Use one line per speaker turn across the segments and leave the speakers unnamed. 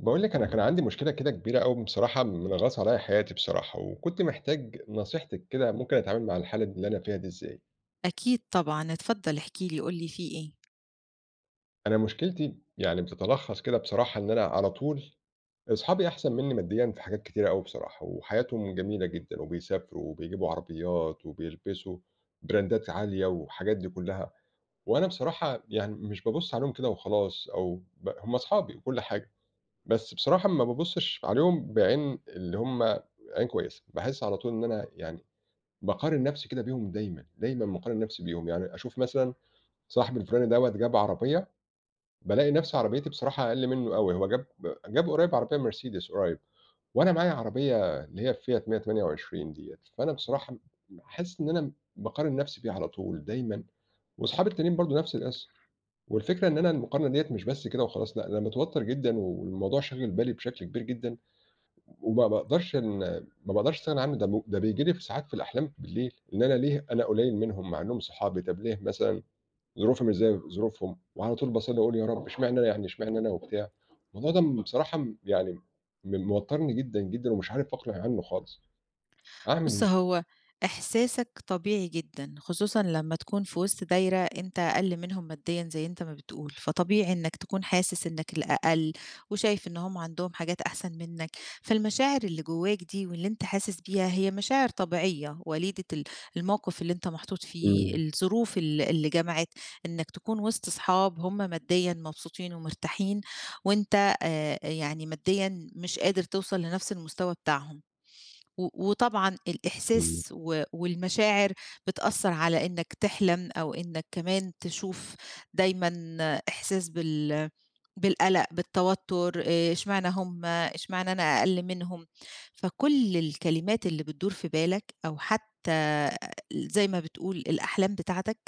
باقول لِك أنا كان عندي مشكلة كده كبيرة أوي بصراحة منغصة عليّا حياتي بصراحة، وكنت محتاج نصيحتِك كده ممكن أتعامل مع الحالة اللي أنا فيها دي إزاي؟
أكيد طبعًا، اتفضّل احكِ لي، قُل لي فيه إيه؟
أنا مشكلتي يعني بتتلخص كده بصراحة إن أنا على طول أصحابي أحسن منّي ماديًا في حاجات كتيرة أوي بصراحة، وحياتهم جميلة جدًا، وبيسافروا وبيجيبوا عربيات وبيلبسوا براندات عالية والحاجات دي كلّها، وأنا بصراحة يعني مش بابُص عليهم كده وخلاص أو هُم أصحابي وكل حاجة. بس بصراحة ما بابُصّش عليهم بعين اللي هم عين كويسة، باحس على طول إن أنا يعني باقارن نَفْسي كده بيهم دايمًا، دايمًا باقارن نَفْسي بيهم، يعني أشوف مثلًا صاحبي الفُلاني دوّة جاب عربية، بالاقي نَفْسي عربيتي بصراحة أقل منّه أوي، هو جاب قريّب عربية مرسيدس قريّب وأنا معايا عربية اللي هي الفيات 128 ديّة، فأنا بصراحة حاسس إن أنا باقارن نَفْسي بيه على طول دايمًا وأصحابي التانيين برضه نَفْس القِصّة، والفكرة إن أنا المقارنة ديّة مش بس كده وخلاص لأ، ده أنا متوتّر جدًا والموضوع شاغل بالي بشكل كبير جدًا. وما باقدرش إن ما باقدرش أستغنى عنه، ده بييجي لي في ساعات في الأحلام بالليل، إن أنا ليه أنا قليل منهم مع إنهم صحابي، طب ليه مثلًا ظروفي مش زي ظروفهم، وعلى طول باصلّي وأقول يا رب إشمعنى أنا يعني إشمعنى أنا وبتاع، الموضوع ده بصراحة يعني موتّرني جدًا، جدًا، ومش عارف أقلع عنه خالص، أعمل
بُص،
إيه؟
هو إحساسك طبيعي جدًا، خصوصًا لمّا تكون في وسط دايرة أنت أقل منهم ماديًا زي أنت ما بتقول، فطبيعي إنك تكون حاسس إنك الأقل، وشايف إن هم عندهم حاجات أحسن منك، فالمشاعر اللي جواك دي واللي أنت حاسس بيها هي مشاعر طبيعية، وليدة الموقف اللي أنت محطوط فيه،
إمم،
الظروف اللي جمعت إنك تكون وسط صحاب هم ماديًا مبسوطين ومرتاحين، وأنت يعني ماديًا مش قادر توصل لنفس المستوى بتاعهم. وطبعًا
إمم،
الإحساس والمشاعر بتأثّر على إنّك تحلم أو إنّك كمان تشوف دايمًا إحساس بالقلق، بالتوتّر، إشمعنى هم، إشمعنى أنا أقَل منهم، فكل الكلمات اللي بتدور في بالك أو حتّى زي ما بتقول الأحلام بتاعتك،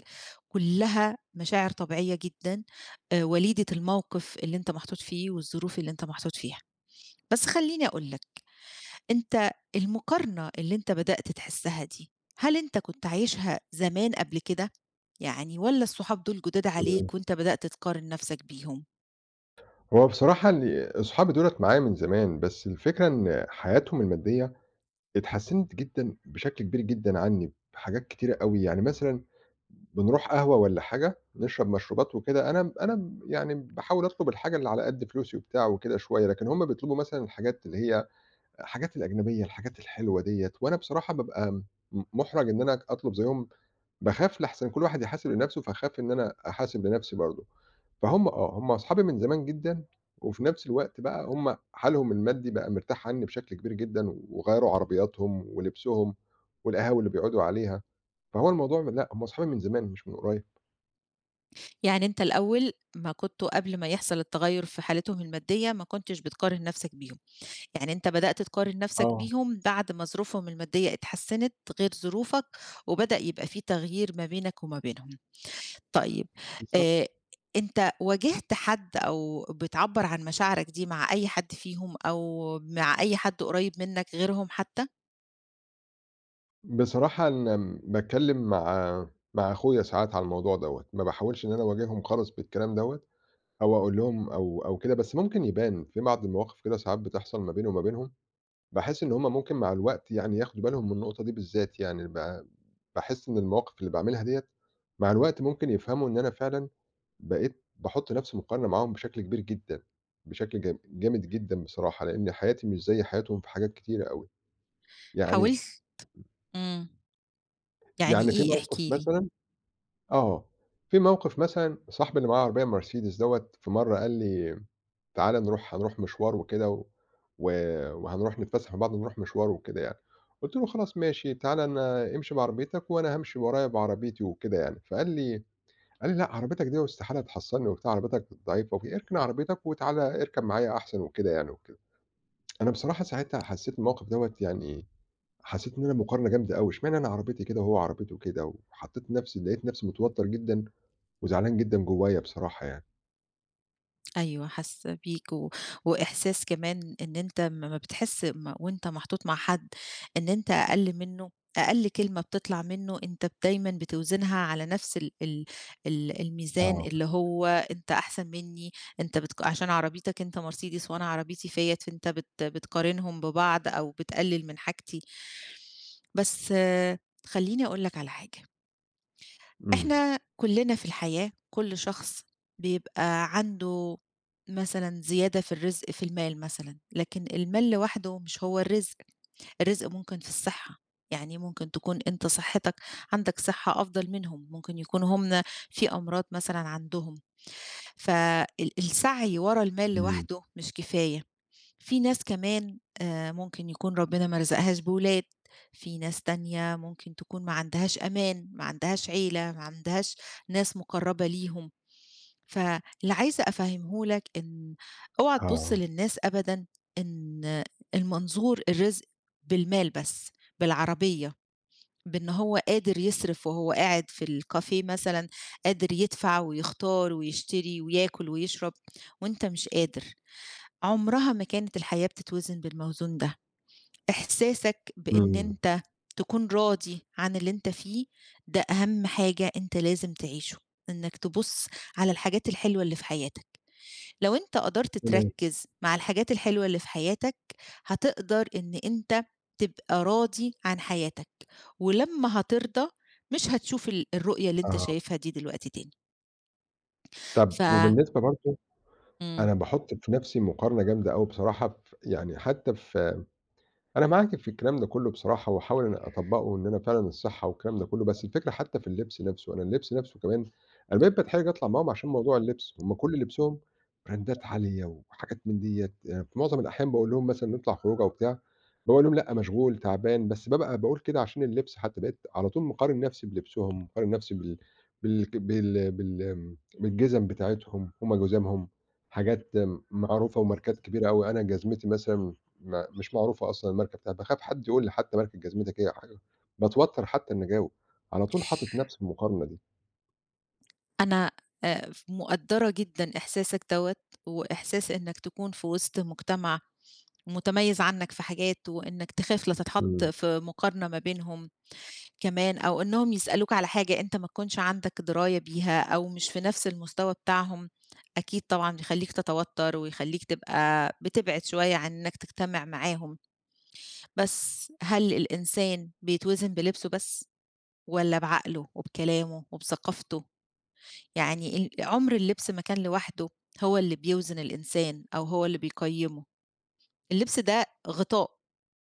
كلّها مشاعر طبيعية جدًا، وليدة الموقف اللي أنت محطوط فيه والظروف اللي أنت محطوط فيها. بس خلّيني أقول لك أنت المقارنة اللي أنت بدأت تحسّها دي، هل أنت كنت عايشها زمان قبل كده؟ يعني والّا الصحاب دول جداد
إمم.
عليك وأنت بدأت تقارن نَفْسك بيهم؟
هو بصراحة أصحابي دُولَة معايا من زمان، بس الفكرة إن حياتهم المادية اتحسِّنت جدًا بشكل كبير جدًا عني بحاجات كتيرة أوي، يعني مثلًا بنروح قهوة والّا حاجة، نشرب مشروبات وكده، أنا يعني باحاول أطلب الحاجة اللي على قد فلوسي وبتاع وكده شوية، لكن هُم بيطلبوا مثلًا الحاجات اللي هي الحاجات الأجنبية، الحاجات الحلوة ديّة، وأنا بصراحة بابقى مُحرَج إن أنا أطلب زيّهم، باخاف لأحسن كل واحد يحاسب لنَفْسه، فاخاف إن أنا أحاسب لنَفْسي برضه. فهُم آه، هُم أصحابي من زمان جدًا، وفي نفس الوقت بقى هُم حالهم المادي بقى مرتاح عني بشكل كبير جدًا، وغيّروا عربياتهم ولبسهم والقهاوي اللي بيقعدوا عليها، فهو الموضوع لأ، هُم أصحابي من زمان مش من قريب.
يعني أنت الأول ما كنت قبل ما يحصل التغيُّر في حالتهم المادية، ما كنتش بتقارن نَفْسك بيهم، يعني أنت بدأت تقارن نَفْسك
آه،
بيهم بعد ما ظروفهم المادية اتحسّنت غير ظروفك، وبدأ يبقى في تغيير ما بينك وما بينهم. طيب آآ
بالضبط.
أنت واجهت حد أو بتعبّر عن مشاعرك دي مع أي حد فيهم أو مع أي حد قريب منّك غيرهم حتى؟
بصراحة أنا باتكلم مع أخويا ساعات على الموضوع دوّة، ما باحاولش إن أنا أواجههم خالص بالكلام دوّة، أو أقول لهم أو كده، بس ممكن يبان في بعض المواقف كده ساعات بتحصل ما بيني وما بينهم. باحس إن هُم ممكن مع الوقت يعني ياخدوا بالهم من النقطة دي بالذات يعني، باحس إن المواقف اللي باعملها ديّة مع الوقت ممكن يفهموا إن أنا فعلًا بقيت باحُط نفسي مقارنة معاهم بشكل كبير جدًا، بشكل جامد جدًا بصراحة، لإن حياتي مش زي حياتهم في حاجات كتيرة أوي، يعني
حاولت؟ إمم، يعني
يعني في
إيه؟
موقف
احكِ لي.
مثلًا آه، في موقف مثلًا صاحبي اللي معاه عربية مرسيدس دوّة في مرّة قال لي تعالَ هنروح مشوار وكده و و وهنروح نتفسح مع بعض ونروح مشوار وكده يعني. قُلت له: "خلاص ماشي، تعالَ أنا امشي بعربيتك وأنا هامشي ورايا بعربيتي" وكده يعني. فقال لي قال لي: "لأ، عربيتك دي واستحالة تحصّلني وبتاع، عربيتك ضعيفة وكده، اركن عربيتك وتعالَ اركب معايا أحسن" وكده يعني وكده. أنا بصراحة ساعتها حسّيت الموقف دوّة يعني حسّيت إن أنا مقارنة جامدة أوي، اشمعنى أنا عربيتي كده وهو عربيته كده، وحطّيت نفسي لقيت نفسي متوتّر جدًا وزعلان جدًا جوايا بصراحة يعني.
أيوه، حاسة بيك وإحساس كمان إن أنت أمّا بتحس وأنت محطوط مع حد إن أنت أقل منّه، أقل كلمة بتطلع منّه أنت دايمًا بتوزنها على نفس ال ال ال الميزان
آه.
اللي هو أنت أحسن منّي، أنت عشان عربيتك أنت مرسيدس وأنا عربيتي فيَّت، فأنت بتقارنهم ببعض أو بتقلل من حاجتي. بس آه، خلّيني أقول لك على حاجة.
إمم.
إحنا كلّنا في الحياة، كل شخص بيبقى عنده مثلًا زيادة في الرزق في المال مثلًا، لكن المال لوحده مش هو الرزق، الرزق ممكن في الصحة، يعني ممكن تكون أنت صحتك عندك صحة أفضل منهم، ممكن يكون هُم في أمراض مثلًا عندهم، فال السعي ورا المال
إمم.
لوحده مش كفاية، في ناس كمان ممكن يكون ربنا ما رزقهاش بولاد، في ناس تانية ممكن تكون ما عندهاش أمان، ما عندهاش عيلة، ما عندهاش ناس مقرّبة ليهم، فاللي عايزة أفهّمه لك إن اوعى تبُص
آه.
للناس أبدًا إن المنظور الرزق بالمال بس، بالعربية، بإن هو قادر يصرف وهو قاعد في الكافيه مثلًا، قادر يدفع ويختار ويشتري وياكل ويشرب وأنت مش قادر. عمرها ما كانت الحياة بتتوزن بالموزون ده، إحساسك بإن
إمم.
أنت تكون راضي عن اللي أنت فيه، ده أهم حاجة أنت لازم تعيشه، إنك تبُص على الحاجات الحلوة اللي في حياتك، لو أنت قدرت
تمام،
تركّز مع الحاجات الحلوة اللي في حياتك، هتقدر إن أنت تبقى راضي عن حياتك، ولمّا هترضى مش هتشوف الرؤية اللي أنت
آه.
شايفها دي دلوقتي تاني، ف
طب وبالنسبة برضه
إمم.
أنا باحُط في نَفْسي مقارنة جامدة أوي بصراحة يعني حتّى في أنا معاكِ في الكلام ده كُلّه بصراحة، وهاحاول إن أطبّقه إن أنا فعلًا الصحّة والكلام ده كُلّه، بس الفكرة حتى في اللبس نَفْسه، أنا اللبس نَفْسه كمان أنا بقيت باتحرج أطلع معاهم عشان موضوع اللبس، هُم كل لبسهم براندات عالية وحاجات من ديّة، في معظم الأحيان باقول لهم مثلًا نطلع خروجة وبتاع، باقول لهم لأ مشغول، تعبان، بس بابقى باقول كده عشان اللبس حتى، بقيت على طول مقارن نَفْسي بلبسهم، مقارن نَفْسي بال بالك بال بال آمم، بالجزم بتاعتهم، هُم جُزامهم، حاجات معروفة وماركات كبيرة أوي، أنا جزمتي مثلًا ما مش معروفة أصلًا الماركة بتاعتها، باخاف حد يقول لي حتى ماركة جزمتك إيه أو حاجة، باتوتر حتى إني أجاوب، على طول حاطط نفسي في المقارنة دي.
أنا ف مقدّرة جدًا إحساسك دوّة، وإحساس إنّك تكون في وسط مجتمع متميّز عنّك في حاجات، وإنّك تخاف لا تتحط
إمم،
في مقارنة ما بينهم كمان، أو إنّهم يسألوك على حاجة أنت ما تكونش عندك دراية بيها، أو مش في نفس المستوى بتاعهم، أكيد طبعًا بيخلّيك تتوتّر، ويخلّيك تبقى بتبعد شوية عن إنّك تجتمع معاهم. بس هل الإنسان بيتوزن بلبسه بس، والّا بعقله وبكلامه وبثقافته يعني عُمر اللبس ما كان لوحده هو اللي بيوزن الإنسان أو هو اللي بيقيّمه، اللبس ده غطاء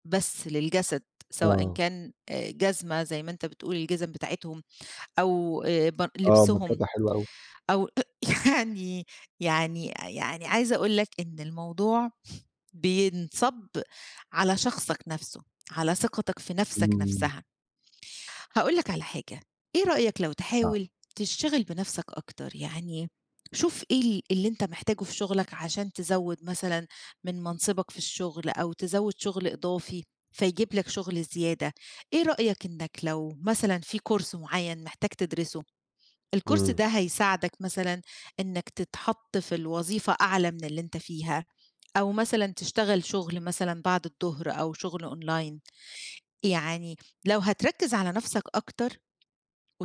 بس للجسد، سواء
آه،
كان جزمة زي ما أنت بتقول الجزم بتاعتهم أو ب
آه
لبسهم
ماركتها حلوة أوي،
أو يعني يعني يعني عايزة أقول لك إن الموضوع بينصَب على شخصك نَفْسه، على ثقتك في نَفْسك
إمم،
نَفْسها. هاقول لك على حاجة، إيه رأيك لو
آه،
تحاول تشتغل بنَفْسك أكتر، يعني شوف إيه اللي أنت محتاجه في شغلك عشان تزوّد مثلًا من منصبك في الشغل أو تزوّد شغل إضافي فيجيب لك شغل زيادة، إيه رأيك إنك لو مثلًا في course معيّن محتاج تدرسه، الcourse
إمم،
ده هيساعدك مثلًا إنك تتحط في الوظيفة أعلى من اللي أنت فيها، أو مثلًا تشتغل شغل مثلًا بعد الضهر أو شغل online، يعني لو هتركّز على نَفْسك أكتر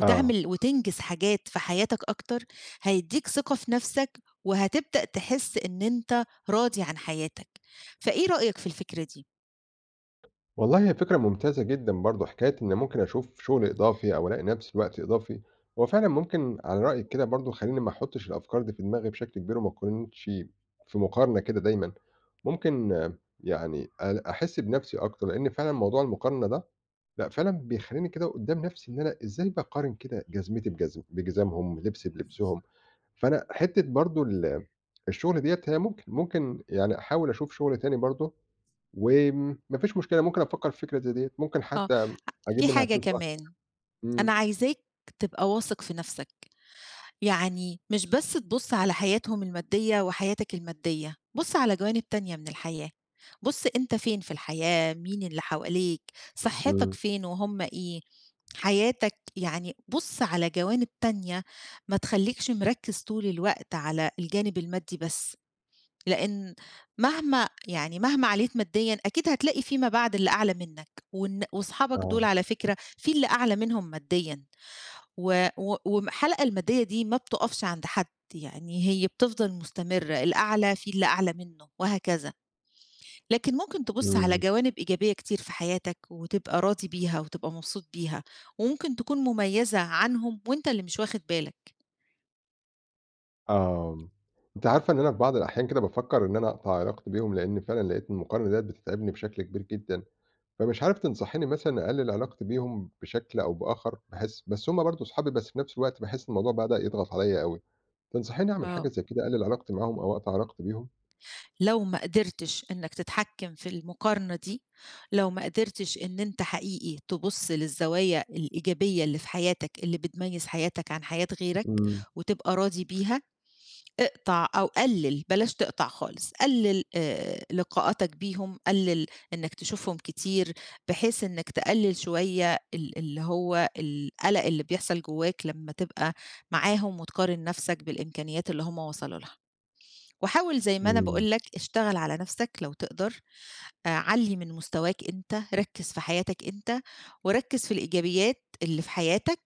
آه،
وتنجز حاجات في حياتك أكتر، هيدّيك ثقة في نَفْسك، وهتبدأ تحس إن أنت راضي عن حياتك. فإيه رأيك في الفكرة دي؟
والله هي فكرة ممتازة جدًا برضه، حكاية إن ممكن أشوف شغل إضافي أو ألاقي نفسي وقت إضافي، هو فعلًا ممكن على رأيِك كده برضه يخلّيني ما أحطش الأفكار دي في دماغي بشكل كبير وما أكونش في مقارنة كده دايمًا، ممكن يعني أحس بنفسي أكتر، لإن فعلًا موضوع المقارنة ده لأ، فعلًا بيخلّيني كده قدّام نَفْسي إن أنا إزاي باقارن كده جزمتي بجزمهم، لبسي بلبسهم، فأنا حتّة برضه الشغل ديّة هي ممكن يعني أحاول أشوف شغل تاني برضه ما فيش مشكلة ممكن أفكّر في فكرة زي ديّة، ممكن
آه،
حتى أجيب
في
منها
حاجة
فلوس أكتر.
كمان،
إمم،
أنا عايزاك تبقى واثق في نَفْسك. يعني مش بس تبُص على حياتهم المادية وحياتك المادية، بُص على جوانب تانية من الحياة، بُص أنت فين في الحياة، مين اللي حواليك، صحتك
إمم،
فين وهُم إيه، حياتك يعني بُص على جوانب تانية، ما تخلّيكش مركّز طول الوقت على الجانب المادي بس، لإن مهما عَليت ماديًا أكيد هتلاقي فيما بعد اللي أعلى منّك، وأصحابك دول
آه،
على فكرة في اللي أعلى منهم ماديًا. و و والحلقة المادية دي ما بتقفش عند حد، يعني هي بتفضل مستمرة، الأعلى في اللي أعلى منه وهكذا، لكن ممكن تبُص على
إمم،
جوانب إيجابية كتير في حياتك وتبقى راضي بيها وتبقى مبسوط بيها، وممكن تكون مميزة عنهم وأنت اللي مش واخد بالك.
آه، أنتِ عارفة إن أنا في بعض الأحيان كده بافكّر إن أنا أقطع علاقتي بيهم، لإن فعلًا لقيت المقارنة ديّة بتتعبني بشكل كبير جدًا. فمش عارف تنصحيني مثلًا أقلل علاقتي بيهم بشكل أو بآخر، باحس بس هُم برضه صحابي بس في نفس الوقت باحس الموضوع بدأ يضغط عليَّ أوي، تنصحيني أعمل حاجة
آه.
زي كده أقلل علاقتي معاهم أو أقطع علاقتي بيهم؟
لو ما قدرتش إنك تتحكم في المقارنة دي، لو ما قدرتش إن أنت حقيقي تبُص للزوايا الإيجابية اللي في حياتك، اللي بتميز حياتك عن حياة غيرك
إمم،
وتبقى راضي بيها، اقطع أو قلِّل، بلاش تقطع خالص، قلِّل لقاءاتك بيهم، قلِّل إنّك تشوفهم كتير، بحيث إنّك تقلِّل شوية اللي هو القلق اللي بيحصل جوّاك لمّا تبقى معاهم وتقارن نَفْسك بالإمكانيات اللي هم وصلوا لها. وحاول زي ما أنا
إمم،
باقول لك اشتغل على نَفْسك لو تقدر، عَلّي من مستواك أنت، ركّز في حياتك أنت، وركّز في الإيجابيات اللي في حياتك،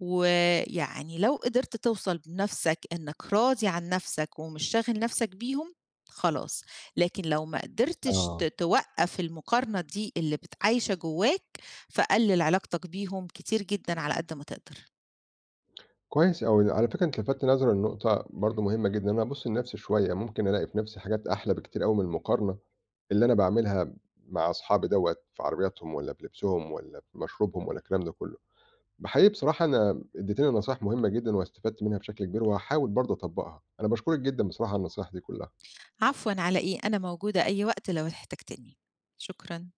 ويعني لو قدرت توصل بنَفْسك إنّك راضي عن نَفْسك ومش شاغل نَفْسك بيهم، خلاص، لكن لو ما قدرتش
آه.
توقّف المقارنة دي اللي عايشة جوّاك، فقلِّل علاقتك بيهم كتير جدًا على قد ما تقدر.
كويس أوي، على فكرة أنت لفتت نظري لنقطة برضه مهمة جدًا، إن أنا أبُص لنفسي شوية، ممكن ألاقي في نفسي حاجات أحلى بكتير أوي من المقارنة اللي أنا باعملها مع أصحابي دوّة، في عربياتهم والّا في لبسهم والّا في مشروبهم والّا الكلام ده كله. بحقيقي بصراحة أنا اديتيني نصايح مهمة جدًا واستفدت منها بشكل كبير، وهاحاول برضه أطبّقها. أنا باشكرِك جدًا بصراحة على النصايح دي كلها.
عفوًا على إيه، أنا موجودة أي وقت لو احتجتني. شكرًا.